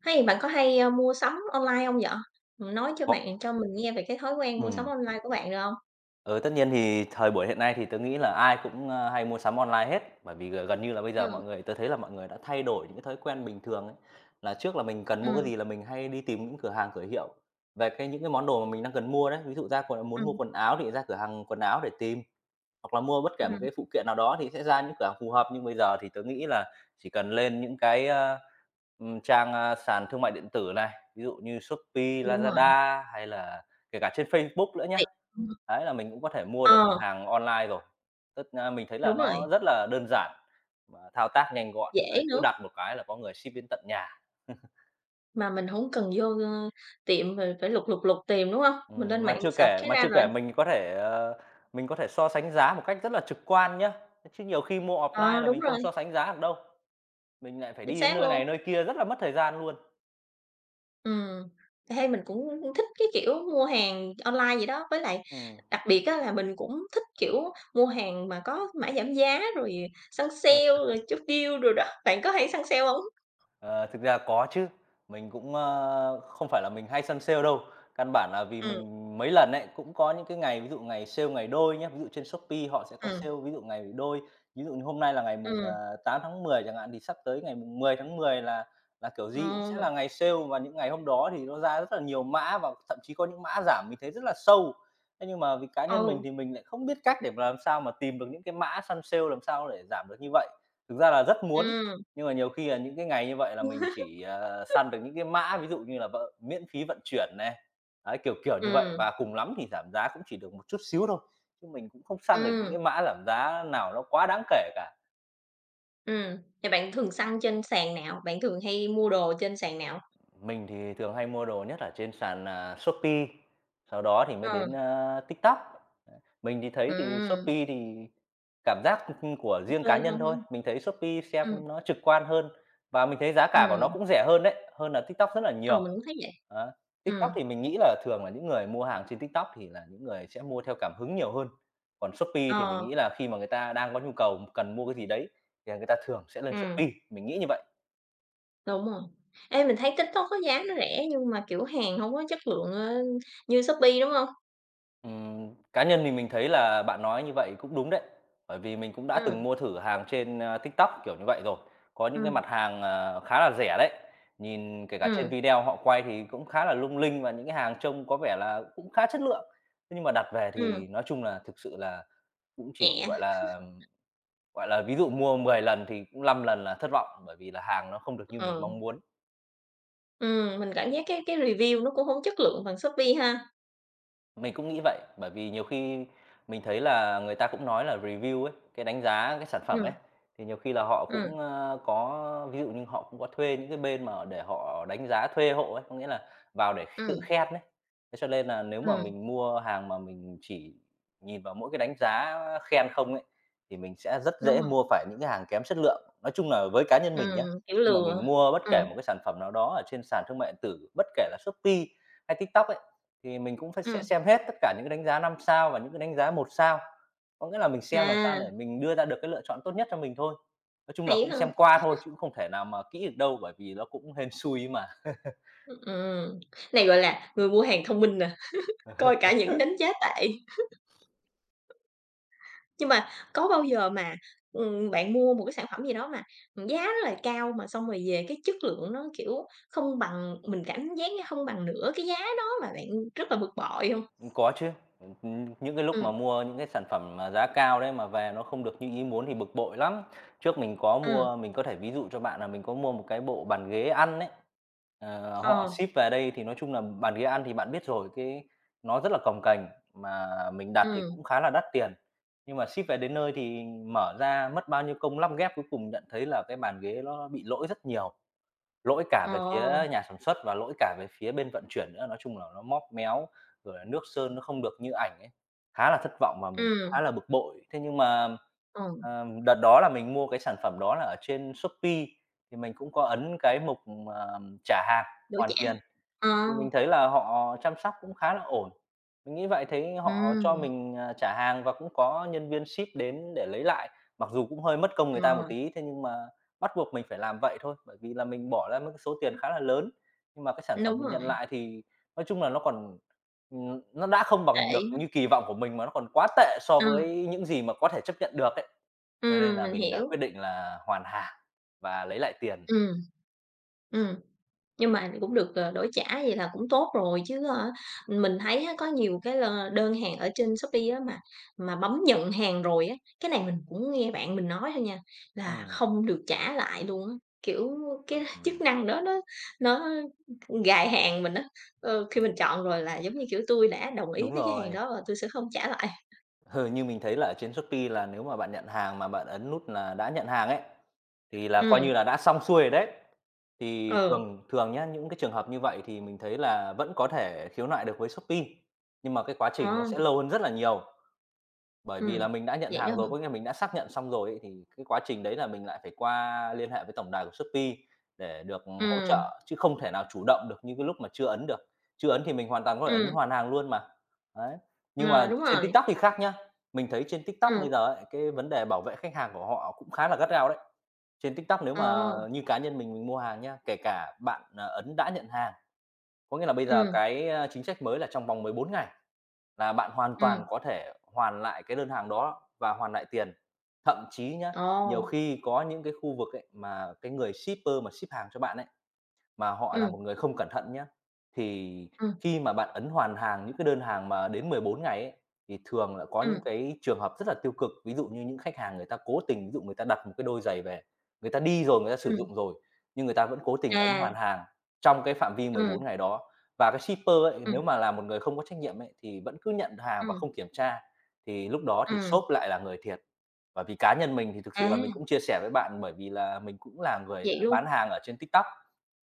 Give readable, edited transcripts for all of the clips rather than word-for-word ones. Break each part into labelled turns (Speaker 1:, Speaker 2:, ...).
Speaker 1: Hay bạn có hay mua sắm online không vậy? Nói
Speaker 2: Có.
Speaker 1: cho mình nghe về cái thói quen mua sắm
Speaker 2: ừm,
Speaker 1: online của bạn được không?
Speaker 2: ừ, Tất nhiên thì thời buổi hiện nay thì tớ nghĩ là ai cũng, hay mua sắm online hết, bởi vì gần như là bây giờ
Speaker 1: Ừm,
Speaker 2: mọi người tớ thấy là mọi người đã thay đổi những cái thói quen bình thường ấy. Là trước là mình cần mua cái
Speaker 1: ừm,
Speaker 2: gì là mình hay đi tìm những cửa hàng, cửa hiệu về cái những cái món đồ mà mình đang cần mua đấy. Ví dụ ra quần muốn mua
Speaker 1: ừm,
Speaker 2: quần áo thì ra cửa hàng quần áo để tìm, hoặc là mua bất kể một
Speaker 1: ừm,
Speaker 2: cái phụ kiện nào đó thì sẽ ra những cửa hàng phù hợp, nhưng bây giờ thì tớ nghĩ là chỉ cần lên những cái, trang, sàn thương mại điện tử này, ví dụ như Shopee,
Speaker 1: đúng rồi,
Speaker 2: Lazada hay là kể cả trên Facebook nữa nhá.
Speaker 1: tại, ừm,
Speaker 2: Đấy, là mình cũng có thể mua được
Speaker 1: ờ,
Speaker 2: hàng online rồi. Mình thấy là
Speaker 1: đúng rồi,
Speaker 2: nó rất là đơn giản mà thao tác nhanh gọn,
Speaker 1: dễ
Speaker 2: đấy, cứ
Speaker 1: nữa,
Speaker 2: đặt một cái là có người ship đến tận nhà.
Speaker 1: mà mình không cần vô tiệm rồi phải lục tìm, đúng không? Mình lên mạng search cái
Speaker 2: Mà
Speaker 1: ra
Speaker 2: chưa
Speaker 1: rồi.
Speaker 2: kể mình có thể, mình có thể so sánh giá một cách rất là trực quan nhá, chứ nhiều khi mua
Speaker 1: Ờ,
Speaker 2: offline là
Speaker 1: đúng
Speaker 2: mình không
Speaker 1: rồi,
Speaker 2: so sánh giá được đâu. Mình lại phải đi
Speaker 1: chính
Speaker 2: đến
Speaker 1: xác
Speaker 2: nơi này
Speaker 1: luôn.
Speaker 2: nơi kia rất là mất thời gian luôn.
Speaker 1: Ừm, hay mình cũng thích cái kiểu mua hàng online vậy đó, với lại đặc biệt á là mình cũng thích, kiểu, mua hàng mà có mã giảm giá rồi săn sale,
Speaker 2: Ừm.
Speaker 1: rồi chốt deal rồi đó. Bạn có hay săn sale hông?
Speaker 2: Ờ, thực ra có chứ, mình cũng, không phải là mình hay săn sale đâu, căn bản là vì
Speaker 1: Ừ,
Speaker 2: mình mấy lần ấy, cũng có những cái ngày ví dụ ngày sale ngày đôi nhé ví dụ trên Shopee họ sẽ có
Speaker 1: ừ,
Speaker 2: sale ví dụ ngày đôi, ví dụ như hôm nay là ngày mùng,
Speaker 1: ừ,
Speaker 2: 8/10 chẳng hạn, thì sắp tới ngày mùng mười tháng mười là kiểu gì cũng sẽ
Speaker 1: ồ,
Speaker 2: là ngày sale và những ngày hôm đó thì nó ra rất là nhiều mã và thậm chí có những mã giảm mình thấy rất là sâu. Thế nhưng mà vì cá nhân mình
Speaker 1: ờ,
Speaker 2: thì mình lại không biết cách để mà làm sao mà tìm được những cái mã săn sale làm sao để giảm được như vậy. Thực ra là rất muốn,
Speaker 1: ừ,
Speaker 2: nhưng mà nhiều khi là những cái ngày như vậy là mình chỉ, săn được những cái mã ví dụ như là vợ miễn phí vận chuyển này, đấy, kiểu
Speaker 1: ừ,
Speaker 2: như vậy
Speaker 1: ừ,
Speaker 2: và cùng lắm thì giảm giá cũng chỉ được một chút xíu thôi, chứ mình cũng không săn được những
Speaker 1: ừm,
Speaker 2: cái mã giảm giá nào nó quá đáng kể cả.
Speaker 1: ừm. Bạn thường săn trên sàn nào? Bạn thường hay mua đồ trên sàn nào?
Speaker 2: Mình thì thường hay mua đồ nhất ở trên sàn, Shopee, sau đó thì mới đến,
Speaker 1: Ừ,
Speaker 2: TikTok. Mình thì thấy thì
Speaker 1: ừ,
Speaker 2: Shopee thì cảm giác, của
Speaker 1: ok,
Speaker 2: riêng cá nhân
Speaker 1: không, ừ,
Speaker 2: thôi, mình thấy Shopee
Speaker 1: ừ,
Speaker 2: xem nó trực quan hơn và mình thấy giá cả của nó cũng rẻ hơn đấy, hơn là TikTok rất là nhiều.
Speaker 1: ờ, mình cũng thấy vậy.
Speaker 2: Á, TikTok
Speaker 1: Ừ,
Speaker 2: thì mình nghĩ là thường là những người mua hàng trên TikTok thì là những người sẽ mua theo cảm hứng nhiều hơn, còn Shopee thì mình
Speaker 1: ờ,
Speaker 2: nghĩ là khi mà người ta đang có nhu cầu cần mua cái gì đấy thì người ta thường sẽ lên
Speaker 1: ừ,
Speaker 2: Shopee, mình nghĩ như vậy.
Speaker 1: đúng rồi. Ê, mình thấy TikTok có giá nó rẻ nhưng mà, kiểu, hàng hông có chất lượng như Shopee, đúng hông?
Speaker 2: Cá nhân mình thấy là bạn nói như vậy cũng đúng đấy, bởi vì mình cũng đã từng
Speaker 1: Ừm,
Speaker 2: mua thử hàng trên, TikTok, kiểu như vậy, rồi. Có những cái
Speaker 1: ừm,
Speaker 2: mặt hàng, khá là rẻ đấy, nhìn kể cả trên
Speaker 1: ừm,
Speaker 2: video họ quay thì cũng khá là lung linh và những cái hàng trông có vẻ là cũng khá chất lượng. Thế nhưng mà đặt về
Speaker 1: ừm,
Speaker 2: thì nói chung là thực sự là cũng chỉ,
Speaker 1: nhẹ,
Speaker 2: gọi là, ví dụ mua 10 lần thì cũng 5 lần là thất vọng, bởi vì là hàng nó không được như mình
Speaker 1: ừ,
Speaker 2: mong muốn.
Speaker 1: mình cảm giác cái review nó cũng hông chất lượng bằng Shopee ha.
Speaker 2: Mình cũng nghĩ vậy, bởi vì nhiều khi mình thấy là người ta cũng nói là review ấy, cái đánh giá cái sản phẩm
Speaker 1: Ừm,
Speaker 2: ấy, thì nhiều khi là họ
Speaker 1: ừm,
Speaker 2: cũng, có ví dụ như họ cũng có thuê những cái bên mà để họ đánh giá thuê hộ ấy, có nghĩa là vào để tự
Speaker 1: ừm,
Speaker 2: khen đấy. Thế cho nên là nếu mà
Speaker 1: ừm,
Speaker 2: mình mua hàng mà mình chỉ nhìn vào mỗi cái đánh giá khen không ấy, thì mình sẽ rất
Speaker 1: đúng
Speaker 2: dễ
Speaker 1: rồi,
Speaker 2: mua phải những cái hàng kém chất lượng. Nói chung là với cá nhân mình nhá,
Speaker 1: ừm, kiểu,
Speaker 2: khi mà
Speaker 1: lừa.
Speaker 2: mình mua bất kể
Speaker 1: Ừm,
Speaker 2: một cái sản phẩm nào đó ở trên sàn thương mại điện tử, bất kể là Shopee hay TikTok ấy, thì mình cũng phải sẽ
Speaker 1: ừm,
Speaker 2: xem hết tất cả những cái đánh giá 5 sao và những cái đánh giá một sao. Có nghĩa là mình xem làm sao
Speaker 1: à,
Speaker 2: để mình đưa ra được cái lựa chọn tốt nhất cho mình thôi. Nói chung là
Speaker 1: hay
Speaker 2: cũng
Speaker 1: ha,
Speaker 2: xem qua thôi chứ cũng không thể nào mà kỹ được đâu, bởi vì nó cũng hên xui mà.
Speaker 1: ừm. Này, gọi là, người mua hàng thông minh nè, coi cả những đánh giá tệ. Nhưng mà có bao giờ mà, bạn mua một cái sản phẩm gì đó mà giá rất là cao mà xong rồi về cái chất lượng nó, kiểu, không bằng mình, cảm giác như không bằng nửa cái giá đó, mà bạn rất là bực bội không?
Speaker 2: Có chứ. Những cái lúc mà
Speaker 1: Ừ,
Speaker 2: mua những cái sản phẩm mà giá cao đấy mà về nó không được như ý muốn thì bực bội lắm. Trước mình có
Speaker 1: ừ,
Speaker 2: mua Mình có thể ví dụ cho bạn là mình có mua một cái bộ bàn ghế ăn đấy. Ờ, họ
Speaker 1: ờ,
Speaker 2: ship về đây thì nói chung là bàn ghế ăn thì bạn biết rồi, cái nó rất là cồng kềnh, mà mình đặt thì
Speaker 1: ừm,
Speaker 2: cũng khá là đắt tiền. Nhưng mà ship về đến nơi thì mở ra mất bao nhiêu công lăm ghép, cuối cùng nhận thấy là cái bàn ghế nó bị lỗi rất nhiều. Lỗi cả
Speaker 1: ờ,
Speaker 2: về phía nhà sản xuất và lỗi cả về phía bên vận chuyển nữa, nói chung là nó móp méo, rồi là nước sơn nó không được như ảnh ấy. Khá là thất vọng và mình
Speaker 1: ừ,
Speaker 2: khá là bực bội. Thế nhưng mà,
Speaker 1: ờ,
Speaker 2: đợt đó là mình mua cái sản phẩm đó là ở trên Shopee, thì mình cũng có ấn cái mục, trả hàng,
Speaker 1: đổi
Speaker 2: hoàn
Speaker 1: trả,
Speaker 2: tiền.
Speaker 1: ờ,
Speaker 2: Thì mình thấy là họ chăm sóc cũng khá là ổn. Mình nghĩ vậy, thấy họ cho
Speaker 1: ừm,
Speaker 2: mình, trả hàng và cũng có nhân viên ship đến để lấy lại, mặc dù cũng hơi mất công người ta một
Speaker 1: ờ,
Speaker 2: tí, thế nhưng mà bắt buộc mình phải làm vậy thôi, bởi vì là mình bỏ ra một cái số tiền khá là lớn, nhưng mà cái sản phẩm
Speaker 1: đúng
Speaker 2: mình nhận
Speaker 1: rồi,
Speaker 2: lại thì nói chung là nó đã không bằng
Speaker 1: tệ
Speaker 2: được
Speaker 1: quá,
Speaker 2: như kỳ vọng của mình mà nó còn quá tệ so
Speaker 1: ờ,
Speaker 2: với những gì mà có thể chấp nhận được ấy. Cho nên là
Speaker 1: mình
Speaker 2: mình đã
Speaker 1: hiểu,
Speaker 2: quyết định là hoàn hàng và lấy lại tiền.
Speaker 1: ừ, ừ. Nhưng mà cũng được, ờ, đổi trả vậy là cũng tốt rồi, chứ mình thấy á có nhiều cái là đơn hàng ở trên Shopee á mà bấm nhận hàng rồi á, cái này mình cũng nghe bạn mình nói thôi nha, là
Speaker 2: Ừm,
Speaker 1: không được trả lại luôn á, kiểu, cái chức
Speaker 2: ừm,
Speaker 1: năng đó nó gài hàng mình á. Ờ, khi mình chọn rồi là giống như, kiểu, tôi đã đồng ý
Speaker 2: đúng
Speaker 1: với cái hàng
Speaker 2: rồi.
Speaker 1: đó và tôi sẽ không trả lại.
Speaker 2: Ừ, như mình thấy là ở trên Shopee là nếu mà bạn nhận hàng mà bạn ấn nút là đã nhận hàng ấy, thì là coi như
Speaker 1: Ừm,
Speaker 2: là đã xong xuôi rồi đấy. Thì
Speaker 1: ừ,
Speaker 2: thường thường nhá, những cái trường hợp như vậy thì mình thấy là vẫn có thể khiếu nại được với Shopee, nhưng mà cái quá
Speaker 1: ờ,
Speaker 2: trình nó sẽ lâu hơn rất là nhiều. Bởi
Speaker 1: ừ,
Speaker 2: vì là mình đã nhận
Speaker 1: vậy đó
Speaker 2: hàng
Speaker 1: hả?
Speaker 2: rồi, có nghĩa mình đã xác nhận xong rồi ấy, thì cái quá trình đấy là mình lại phải qua liên hệ với tổng đài của Shopee để được hỗ
Speaker 1: Ừ,
Speaker 2: trợ, chứ không thể nào chủ động được như cái lúc mà chưa ấn được. Chưa ấn thì mình hoàn toàn có thể ấn
Speaker 1: ừ,
Speaker 2: hoàn hàng luôn mà. Đấy, nhưng mà
Speaker 1: ờ, đúng
Speaker 2: trên
Speaker 1: rồi,
Speaker 2: TikTok thì khác nhá. Mình thấy trên TikTok
Speaker 1: ừ,
Speaker 2: bây giờ ấy, cái vấn đề bảo vệ khách hàng của họ cũng khá là gắt gao đấy. Trên TikTok nếu mà
Speaker 1: ờ,
Speaker 2: như cá nhân mình mua hàng nhá, kể cả bạn, ấn đã nhận hàng, có nghĩa là bây giờ
Speaker 1: ừ,
Speaker 2: cái, chính sách mới là trong vòng 14 ngày. Là bạn hoàn
Speaker 1: ừ,
Speaker 2: toàn có thể hoàn lại cái đơn hàng đó và hoàn lại tiền. Thậm chí nhá,
Speaker 1: ồ.
Speaker 2: nhiều khi có những cái khu vực ấy mà cái người shipper mà ship hàng cho bạn ấy, mà họ là
Speaker 1: Ừm,
Speaker 2: một người không cẩn thận nhé, thì
Speaker 1: ừm,
Speaker 2: khi mà bạn ấn hoàn hàng những cái đơn hàng mà đến 14 ngày ấy, thì thường là có những
Speaker 1: ừm,
Speaker 2: cái trường hợp rất là tiêu cực. Ví dụ như những khách hàng người ta cố tình, ví dụ người ta đặt một cái đôi giày về, người ta đi rồi, người ta sử
Speaker 1: ừm,
Speaker 2: dụng rồi, nhưng người ta vẫn cố tình ấn
Speaker 1: à,
Speaker 2: hoàn hàng trong cái phạm vi mười
Speaker 1: ừm,
Speaker 2: bốn ngày đó. Và cái shipper ấy,
Speaker 1: ừm,
Speaker 2: nếu mà là một người không có trách nhiệm ấy, thì vẫn cứ nhận hàng và
Speaker 1: ừm,
Speaker 2: không kiểm tra, thì lúc đó thì
Speaker 1: ừm,
Speaker 2: shop lại là người thiệt. Và vì cá nhân mình thì thực sự
Speaker 1: à,
Speaker 2: là mình cũng chia sẻ với bạn bởi vì là mình cũng là người đã
Speaker 1: vậy
Speaker 2: bán
Speaker 1: luôn?
Speaker 2: hàng ở trên TikTok.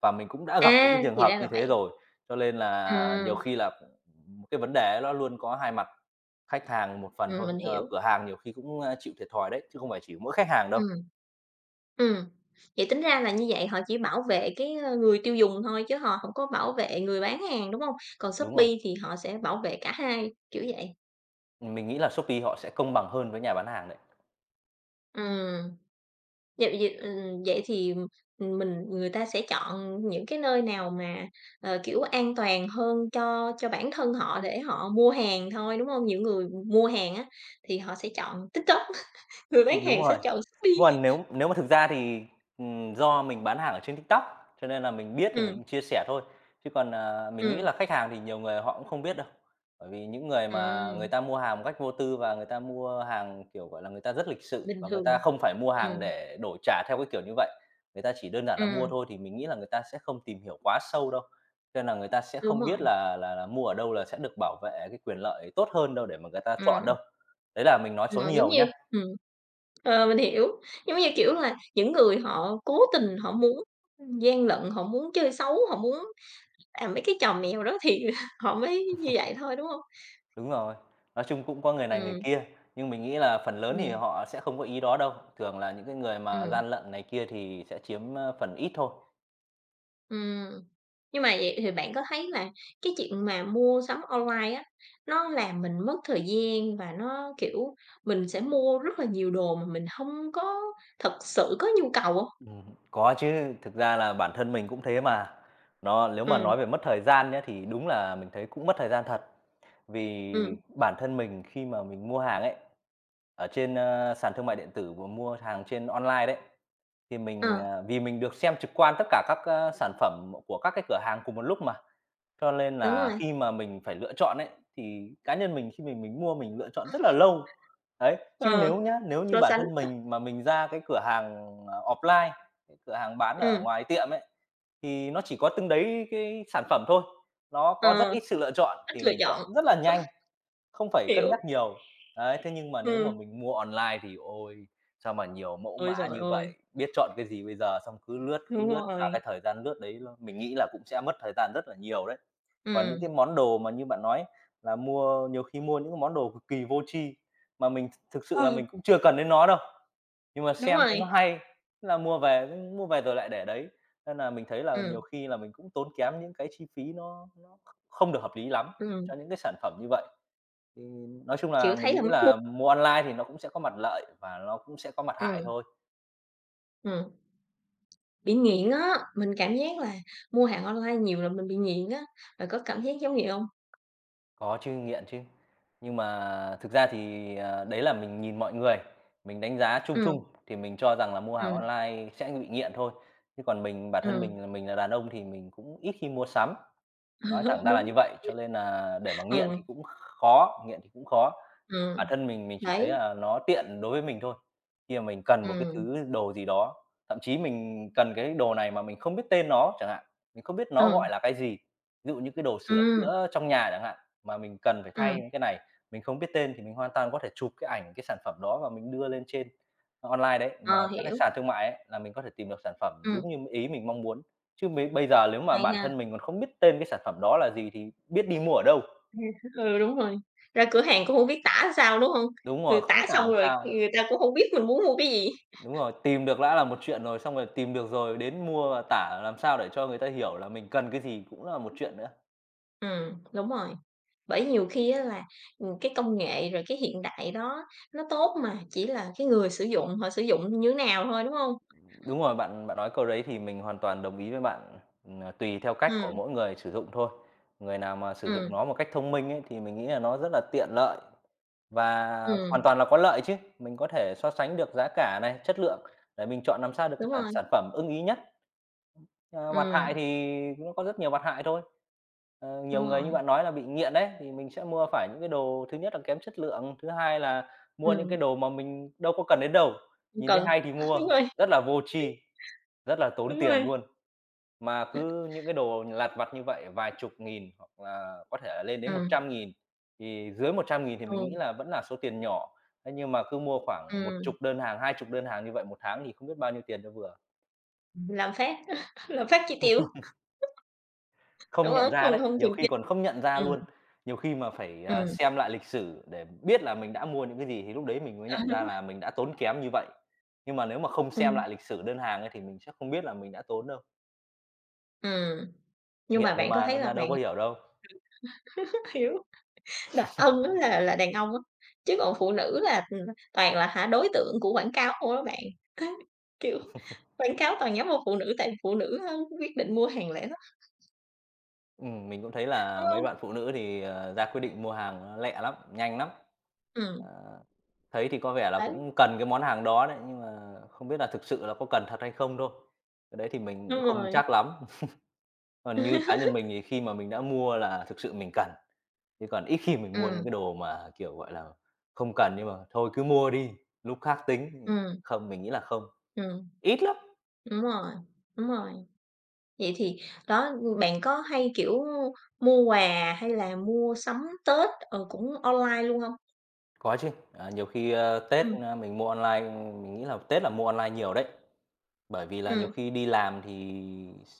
Speaker 2: Và mình cũng đã gặp
Speaker 1: À,
Speaker 2: những trường
Speaker 1: thì
Speaker 2: hợp
Speaker 1: ra
Speaker 2: như
Speaker 1: là
Speaker 2: thế
Speaker 1: vậy.
Speaker 2: rồi, cho nên là
Speaker 1: Ừm,
Speaker 2: nhiều khi là, cái vấn đề ấy nó luôn có hai mặt, khách hàng một phần thôi,
Speaker 1: mình hiểu.
Speaker 2: cửa hàng nhiều khi cũng, chịu thiệt thòi đấy, chứ không phải chỉ mỗi khách hàng đâu.
Speaker 1: Ừm, ừm. Vậy tính ra là như vậy họ chỉ bảo vệ cái người tiêu dùng thôi chứ họ hổng có bảo vệ người bán hàng, đúng hông? Còn
Speaker 2: Đúng
Speaker 1: Shopee
Speaker 2: rồi,
Speaker 1: thì họ sẽ bảo vệ cả hai, kiểu vậy.
Speaker 2: mình nghĩ là Shopee họ sẽ công bằng hơn với nhà bán hàng đấy.
Speaker 1: Ừm. Vậy, vậy thì, ừ, người ta sẽ chọn những cái nơi nào mà, ờ, kiểu, an toàn hơn cho bản thân họ để họ mua hàng thôi, đúng không? Những người mua hàng á thì họ sẽ chọn TikTok, người bán
Speaker 2: Đúng
Speaker 1: hàng sẽ
Speaker 2: rồi.
Speaker 1: chọn
Speaker 2: Nhưng
Speaker 1: Shopee.
Speaker 2: mà nếu nếu mà thực ra thì, do mình bán hàng ở trên TikTok, cho nên là mình biết thì
Speaker 1: Ừm,
Speaker 2: mình chia sẻ thôi. Chứ còn, mình nghĩ
Speaker 1: ừm,
Speaker 2: là khách hàng thì nhiều người họ cũng không biết đâu. Bởi vì những người mà người
Speaker 1: ừm,
Speaker 2: ta mua hàng một cách vô tư và người ta mua hàng, kiểu, gọi là, người ta rất lịch sự
Speaker 1: bình
Speaker 2: và người
Speaker 1: thường,
Speaker 2: ta không phải mua hàng
Speaker 1: ừm,
Speaker 2: để đổi trả theo cái kiểu như vậy. Người ta chỉ đơn giản là mua
Speaker 1: ừm,
Speaker 2: thôi thì mình nghĩ là người ta sẽ không tìm hiểu quá sâu đâu. Cho nên là người ta sẽ
Speaker 1: đúng
Speaker 2: không biết
Speaker 1: rồi,
Speaker 2: là là mua ở đâu là sẽ được bảo vệ cái quyền lợi tốt hơn đâu để mà người ta chọn đâu.
Speaker 1: ừm,
Speaker 2: Đấy là mình nói số
Speaker 1: ờ, giống
Speaker 2: nhiều
Speaker 1: như,
Speaker 2: nhá.
Speaker 1: ừm, ờ, mình hiểu, giống như, kiểu là, những người họ cố tình họ muốn gian lận, họ muốn chơi xấu, họ muốn. À, mấy cái chòm mèo đó thì họ mới như vậy thôi, đúng không?
Speaker 2: Đúng rồi, nói chung cũng có người này người
Speaker 1: Ừ,
Speaker 2: kia, nhưng mình nghĩ là phần lớn thì
Speaker 1: ừ,
Speaker 2: họ sẽ không có ý đó đâu. Thường là những cái người mà
Speaker 1: ừ,
Speaker 2: gian lận này kia thì sẽ chiếm, phần ít thôi.
Speaker 1: ừm. Nhưng mà vậy thì bạn có thấy là cái chuyện mà mua sắm online á, nó làm mình mất thời gian và nó, kiểu, mình sẽ mua rất là nhiều đồ mà mình không có thật sự có nhu cầu hông?
Speaker 2: Ừm, có chứ, thực ra là bản thân mình cũng thế mà. Nó nếu mà
Speaker 1: Ừ,
Speaker 2: nói về mất thời gian nhé thì đúng là mình thấy cũng mất thời gian thật. Vì
Speaker 1: ừm,
Speaker 2: bản thân mình khi mà mình mua hàng ấy, ở trên, sàn thương mại điện tử và mua hàng trên online đấy, thì
Speaker 1: ờ,
Speaker 2: mình, vì mình được xem trực quan tất cả các, sản phẩm của các cái cửa hàng cùng một lúc mà, cho nên
Speaker 1: đúng
Speaker 2: là
Speaker 1: rồi,
Speaker 2: khi mà mình phải lựa chọn ấy, thì cá nhân mình khi mình mua mình lựa chọn rất là lâu. Đấy, chứ nếu
Speaker 1: ờ,
Speaker 2: nhá, nếu như
Speaker 1: so
Speaker 2: bản
Speaker 1: sánh,
Speaker 2: thân
Speaker 1: ừ,
Speaker 2: mình mà mình ra cái cửa hàng, offline cái cửa hàng bán ở ngoài tiệm ấy, thì nó chỉ có từng đấy cái sản phẩm thôi, nó
Speaker 1: ờ,
Speaker 2: có rất ít sự lựa chọn
Speaker 1: ít
Speaker 2: thì
Speaker 1: lựa
Speaker 2: mình chọn
Speaker 1: chọn,
Speaker 2: rất là nhanh, không phải cân
Speaker 1: hiểu,
Speaker 2: nhắc nhiều. Đấy, thế nhưng mà nếu mà
Speaker 1: ừ.
Speaker 2: mình mua online thì ôi, sao mà nhiều mẫu
Speaker 1: Ôi
Speaker 2: mã
Speaker 1: trời
Speaker 2: như vậy,
Speaker 1: ơi,
Speaker 2: biết chọn cái gì bây giờ, xong cứ
Speaker 1: đúng
Speaker 2: lướt và
Speaker 1: rồi,
Speaker 2: cái thời gian lướt đấy ló mình nghĩ là cũng sẽ mất thời gian rất là nhiều đấy. Còn những
Speaker 1: ừm,
Speaker 2: cái món đồ mà như bạn nói là mua nhiều khi mua những cái món đồ cực kỳ vô tri, mà mình thực sự là
Speaker 1: ừ,
Speaker 2: mình cũng chưa cần đến nó đâu. Nhưng mà
Speaker 1: đúng
Speaker 2: xem thấy nó
Speaker 1: rồi,
Speaker 2: hay, thế là mua về, cũng mua về rồi lại để đấy. Nên là mình thấy là nhiều
Speaker 1: ừ,
Speaker 2: khi là mình cũng tốn kém những cái chi phí nó không được hợp lý lắm
Speaker 1: ừ.
Speaker 2: cho những cái sản phẩm như vậy. Thì nói chung
Speaker 1: Kiểu,
Speaker 2: là
Speaker 1: thấy
Speaker 2: mình
Speaker 1: là
Speaker 2: nghĩ
Speaker 1: mắc mua,
Speaker 2: là mua online thì nó cũng sẽ có mặt lợi và nó cũng sẽ có mặt hại
Speaker 1: ừm,
Speaker 2: thôi.
Speaker 1: ừm, bị nghiện á, mình cảm giác là mua hàng online nhiều là mình bị nghiện á, bạn có cảm giác giống vậy hông?
Speaker 2: Có chứ, nghiện chứ. Nhưng mà thực ra thì, đấy là mình nhìn mọi người, mình đánh giá chung
Speaker 1: Ừm,
Speaker 2: chung thì mình cho rằng là mua hàng
Speaker 1: ừm,
Speaker 2: online sẽ bị nghiện thôi. Chứ còn mình bản thân
Speaker 1: ừm,
Speaker 2: mình là đàn ông thì mình cũng ít khi mua sắm. Nói thẳng ra là
Speaker 1: đúng,
Speaker 2: như vậy, cho nên là để mà nghiện thì
Speaker 1: ừm,
Speaker 2: cũng khó, nghiện thì cũng khó. Bản
Speaker 1: ừm,
Speaker 2: thân mình chỉ thấy
Speaker 1: đấy,
Speaker 2: là nó tiện đối với mình thôi, khi mà mình cần một cái
Speaker 1: ừm,
Speaker 2: thứ đồ gì đó, thậm chí mình cần cái đồ này mà mình không biết tên nó chẳng hạn, mình không biết nó
Speaker 1: ừm,
Speaker 2: gọi là cái gì. Ví dụ như cái đồ sửa
Speaker 1: ừm,
Speaker 2: chữa trong nhà chẳng hạn, mà mình cần phải thay
Speaker 1: ừm,
Speaker 2: những cái này, mình không biết tên thì mình hoàn toàn có thể chụp cái ảnh cái sản phẩm đó và mình đưa lên trên online đấy,
Speaker 1: ờ,
Speaker 2: mà các cái
Speaker 1: hiểu,
Speaker 2: sàn thương mại ấy là mình có thể tìm được sản phẩm
Speaker 1: ừm,
Speaker 2: đúng như ý mình mong muốn. Chứ bây bây giờ nếu mà
Speaker 1: hay
Speaker 2: bản
Speaker 1: ha.
Speaker 2: thân mình còn không biết tên cái sản phẩm đó là gì thì biết đi mua ở đâu?
Speaker 1: Ừ, đúng rồi, ra cửa hàng cũng hông biết tả sao, đúng hông?
Speaker 2: Đúng
Speaker 1: Ừ,
Speaker 2: rồi, không biết
Speaker 1: tả
Speaker 2: tả làm
Speaker 1: xong rồi
Speaker 2: sao.
Speaker 1: người ta cũng hông biết mình muốn mua cái gì.
Speaker 2: Đúng rồi, tìm được đã là một chuyện rồi, xong rồi tìm được rồi đến mua và tả làm sao để cho người ta hiểu là mình cần cái gì cũng là một chuyện nữa.
Speaker 1: Đúng rồi. Bởi nhiều khi á là, cái công nghệ rồi cái hiện đại đó nó tốt mà, chỉ là cái người sử dụng họ sử dụng như thế nào thôi, đúng không?
Speaker 2: Đúng rồi, bạn bạn nói câu đấy thì mình hoàn toàn đồng ý với bạn, tùy theo cách của
Speaker 1: Ừm,
Speaker 2: mỗi người sử dụng thôi. Người nào mà sử dụng
Speaker 1: ừm,
Speaker 2: nó một cách thông minh ấy thì mình nghĩ là nó rất là tiện lợi và hoàn
Speaker 1: ừm,
Speaker 2: toàn là có lợi chứ. Mình có thể so sánh được giá cả này, chất lượng để mình chọn làm sao được cái
Speaker 1: đúng
Speaker 2: phản
Speaker 1: rồi,
Speaker 2: sản phẩm ưng ý nhất. Ờ, mặt hại
Speaker 1: ừm,
Speaker 2: thì nó có rất nhiều mặt hại thôi. Ờ,
Speaker 1: đúng
Speaker 2: nhiều người như
Speaker 1: rồi,
Speaker 2: bạn nói là bị nghiện đấy, thì mình sẽ mua phải những cái đồ thứ nhất là kém chất lượng, thứ hai là mua những cái
Speaker 1: ừm,
Speaker 2: đồ mà mình đâu có cần đến đâu,
Speaker 1: hông
Speaker 2: nhìn thấy
Speaker 1: cần.
Speaker 2: hay thì mua,
Speaker 1: Đúng rồi,
Speaker 2: rất là vô tri, rất là tốn
Speaker 1: đúng
Speaker 2: tiền
Speaker 1: rồi.
Speaker 2: luôn. Mà cứ những cái đồ lặt vặt như vậy vài chục nghìn hoặc là có thể là lên đến một
Speaker 1: Ừm,
Speaker 2: trăm nghìn, thì dưới 100.000 thì mình
Speaker 1: ừm,
Speaker 2: nghĩ là vẫn là số tiền nhỏ. Thế nhưng mà cứ mua khoảng một
Speaker 1: ừm,
Speaker 2: chục đơn hàng, hai chục đơn hàng như vậy một tháng thì không biết bao nhiêu tiền cho vừa.
Speaker 1: lạm phát, lạm phát chi tiêu, đúng
Speaker 2: Không nhận
Speaker 1: không?
Speaker 2: ra
Speaker 1: Không,
Speaker 2: đấy,
Speaker 1: không
Speaker 2: nhiều
Speaker 1: kiềm chế.
Speaker 2: khi còn không nhận ra
Speaker 1: Ừm,
Speaker 2: luôn. Nhiều khi mà phải,
Speaker 1: ừm,
Speaker 2: xem lại lịch sử để biết là mình đã mua những cái gì thì lúc đấy mình mới
Speaker 1: ờ,
Speaker 2: nhận ra
Speaker 1: đúng,
Speaker 2: là mình đã tốn kém như vậy. Nhưng mà nếu mà không xem lại lịch sử đơn hàng ấy thì mình sẽ không biết là mình đã tốn đâu.
Speaker 1: nhưng mà
Speaker 2: Nghiện rồi
Speaker 1: bạn có
Speaker 2: mà,
Speaker 1: thấy
Speaker 2: đâm
Speaker 1: là
Speaker 2: ra
Speaker 1: bạn.
Speaker 2: đâu có hiểu đâu.
Speaker 1: Hiểu. Đàn ông á là đàn ông á, chứ còn phụ nữ là, toàn là hả đối tượng của quảng cáo không á bạn. Đấy, kiểu, quảng cáo toàn nhắm vào phụ nữ tại phụ nữ á quyết định mua hàng lẻ lắm,
Speaker 2: Mình cũng thấy
Speaker 1: đúng
Speaker 2: là mấy
Speaker 1: hông?
Speaker 2: bạn phụ nữ thì, ra quyết định mua hàng nó lẹ lắm, nhanh lắm.
Speaker 1: Ừm,
Speaker 2: Ờ, thấy thì có vẻ là
Speaker 1: đấy,
Speaker 2: cũng cần cái món hàng đó đấy, nhưng mà không biết là thực sự là có cần thật hay không thôi. Cái đấy thì mình cũng
Speaker 1: đúng
Speaker 2: không
Speaker 1: rồi.
Speaker 2: chắc lắm. Còn như cá nhân mình thì khi mà mình đã mua là thực sự mình cần, chứ còn ít khi mình mua những
Speaker 1: Ừm,
Speaker 2: cái đồ mà, kiểu, gọi là, không cần nhưng mà thôi cứ mua đi, lúc khác tính thì
Speaker 1: ừm,
Speaker 2: không, mình nghĩ là không,
Speaker 1: ừm,
Speaker 2: ít lắm.
Speaker 1: đúng rồi, đúng rồi. Vậy thì đó, bạn có hay, kiểu, mua quà hay là mua sắm Tết, ờ, cũng online luôn hông?
Speaker 2: Có chứ, nhiều khi, Tết,
Speaker 1: Ừm,
Speaker 2: mình mua online, mình nghĩ là Tết là mua online nhiều đấy, bởi vì là
Speaker 1: ừm,
Speaker 2: nhiều khi đi làm thì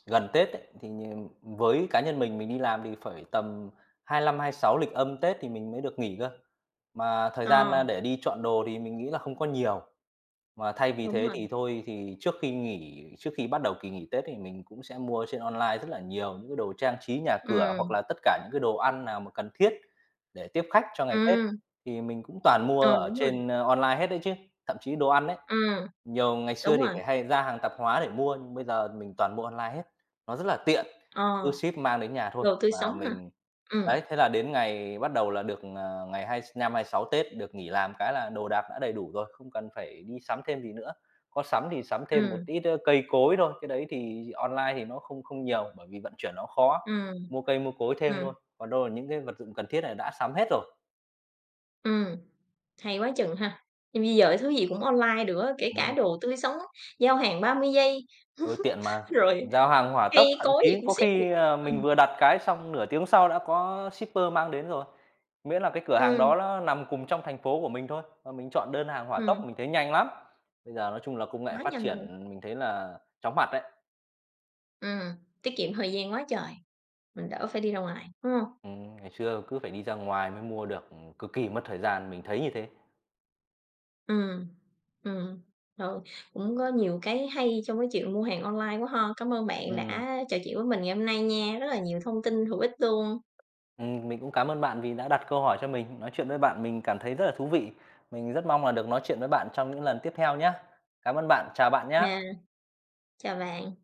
Speaker 2: gần Tết ấy, thì nh với cá nhân mình đi làm thì phải tầm 25, 26 lịch âm Tết thì mình mới được nghỉ cơ, mà thời
Speaker 1: ờ,
Speaker 2: gian, để đi chọn đồ thì mình nghĩ là không có nhiều. Mà thay vì
Speaker 1: đúng
Speaker 2: thế
Speaker 1: rồi,
Speaker 2: thì thôi thì trước khi nghỉ trước khi bắt đầu kỳ nghỉ Tết thì mình cũng sẽ mua trên online rất là nhiều những cái đồ trang trí nhà cửa,
Speaker 1: ừm,
Speaker 2: hoặc là tất cả những cái đồ ăn nào mà cần thiết để tiếp khách cho ngày Tết,
Speaker 1: ừm,
Speaker 2: thì mình cũng toàn mua
Speaker 1: ờ,
Speaker 2: ở trên, online hết đấy chứ. Thậm chí đồ ăn đấy
Speaker 1: ừm,
Speaker 2: nhiều ngày xưa
Speaker 1: đúng
Speaker 2: thì
Speaker 1: rồi,
Speaker 2: phải hay ra hàng tạp hóa để mua, nhưng bây giờ mình toàn mua online hết, nó rất là tiện,
Speaker 1: ờ.
Speaker 2: cứ ship mang đến nhà thôi.
Speaker 1: Đồ tươi sống
Speaker 2: Và
Speaker 1: ha?
Speaker 2: mình
Speaker 1: Ừm,
Speaker 2: đấy, thế là đến ngày bắt đầu là được, ngày 25, 26 Tết được nghỉ làm cái là đồ đạc đã đầy đủ rồi, không cần phải đi sắm thêm gì nữa. Có sắm thì sắm thêm một
Speaker 1: ừm,
Speaker 2: ít, cây cối thôi, cái đấy thì online thì nó không không nhiều, bởi vì vận chuyển nó khó,
Speaker 1: ừm,
Speaker 2: mua cây mua cối thêm
Speaker 1: ừm,
Speaker 2: thôi, còn đâu là những cái vật dụng cần thiết này đã sắm hết
Speaker 1: ừm, hay quá chừng ha. Nhưng bây giờ thứ gì cũng online được á, kể cả
Speaker 2: rồi.
Speaker 1: đồ tươi sống, giao hàng 30 giây,
Speaker 2: Ừ, tiện mà,
Speaker 1: rồi
Speaker 2: giao hàng hỏa
Speaker 1: cây
Speaker 2: tốc, thậm
Speaker 1: cối gì
Speaker 2: chí
Speaker 1: cũng
Speaker 2: có
Speaker 1: ship được.
Speaker 2: khi,
Speaker 1: Ừm,
Speaker 2: mình vừa đặt cái xong nửa tiếng sau đã có shipper mang đến rồi. Miễn là cái cửa hàng
Speaker 1: ừm,
Speaker 2: đó nó nằm cùng trong thành phố của mình thôi, và mình chọn đơn hàng hỏa tốc
Speaker 1: ừm,
Speaker 2: mình thấy nhanh lắm. Bây giờ nói chung là công nghệ
Speaker 1: quá
Speaker 2: phát
Speaker 1: nhanh luôn.
Speaker 2: triển mình thấy là chóng mặt đấy.
Speaker 1: Ừm, tiết kiệm thời gian quá trời, mình đỡ phải đi ra ngoài, đúng hông?
Speaker 2: Ngày xưa cứ phải đi ra ngoài mới mua được, cực kỳ mất thời gian, mình thấy như thế.
Speaker 1: Ừm, ừm, ừ, cũng có nhiều cái hay trong cái chuyện mua hàng online quá ha. Cảm ơn bạn
Speaker 2: Ừm,
Speaker 1: đã trò chuyện với mình ngày hôm nay nha, rất là nhiều thông tin hữu ích luôn.
Speaker 2: mình cũng cảm ơn bạn vì đã đặt câu hỏi cho mình. Nói chuyện với bạn mình cảm thấy rất là thú vị. Mình rất mong là được nói chuyện với bạn trong những lần tiếp theo nhá. Cảm ơn bạn, chào bạn
Speaker 1: Nha,
Speaker 2: nhá.
Speaker 1: chào bạn.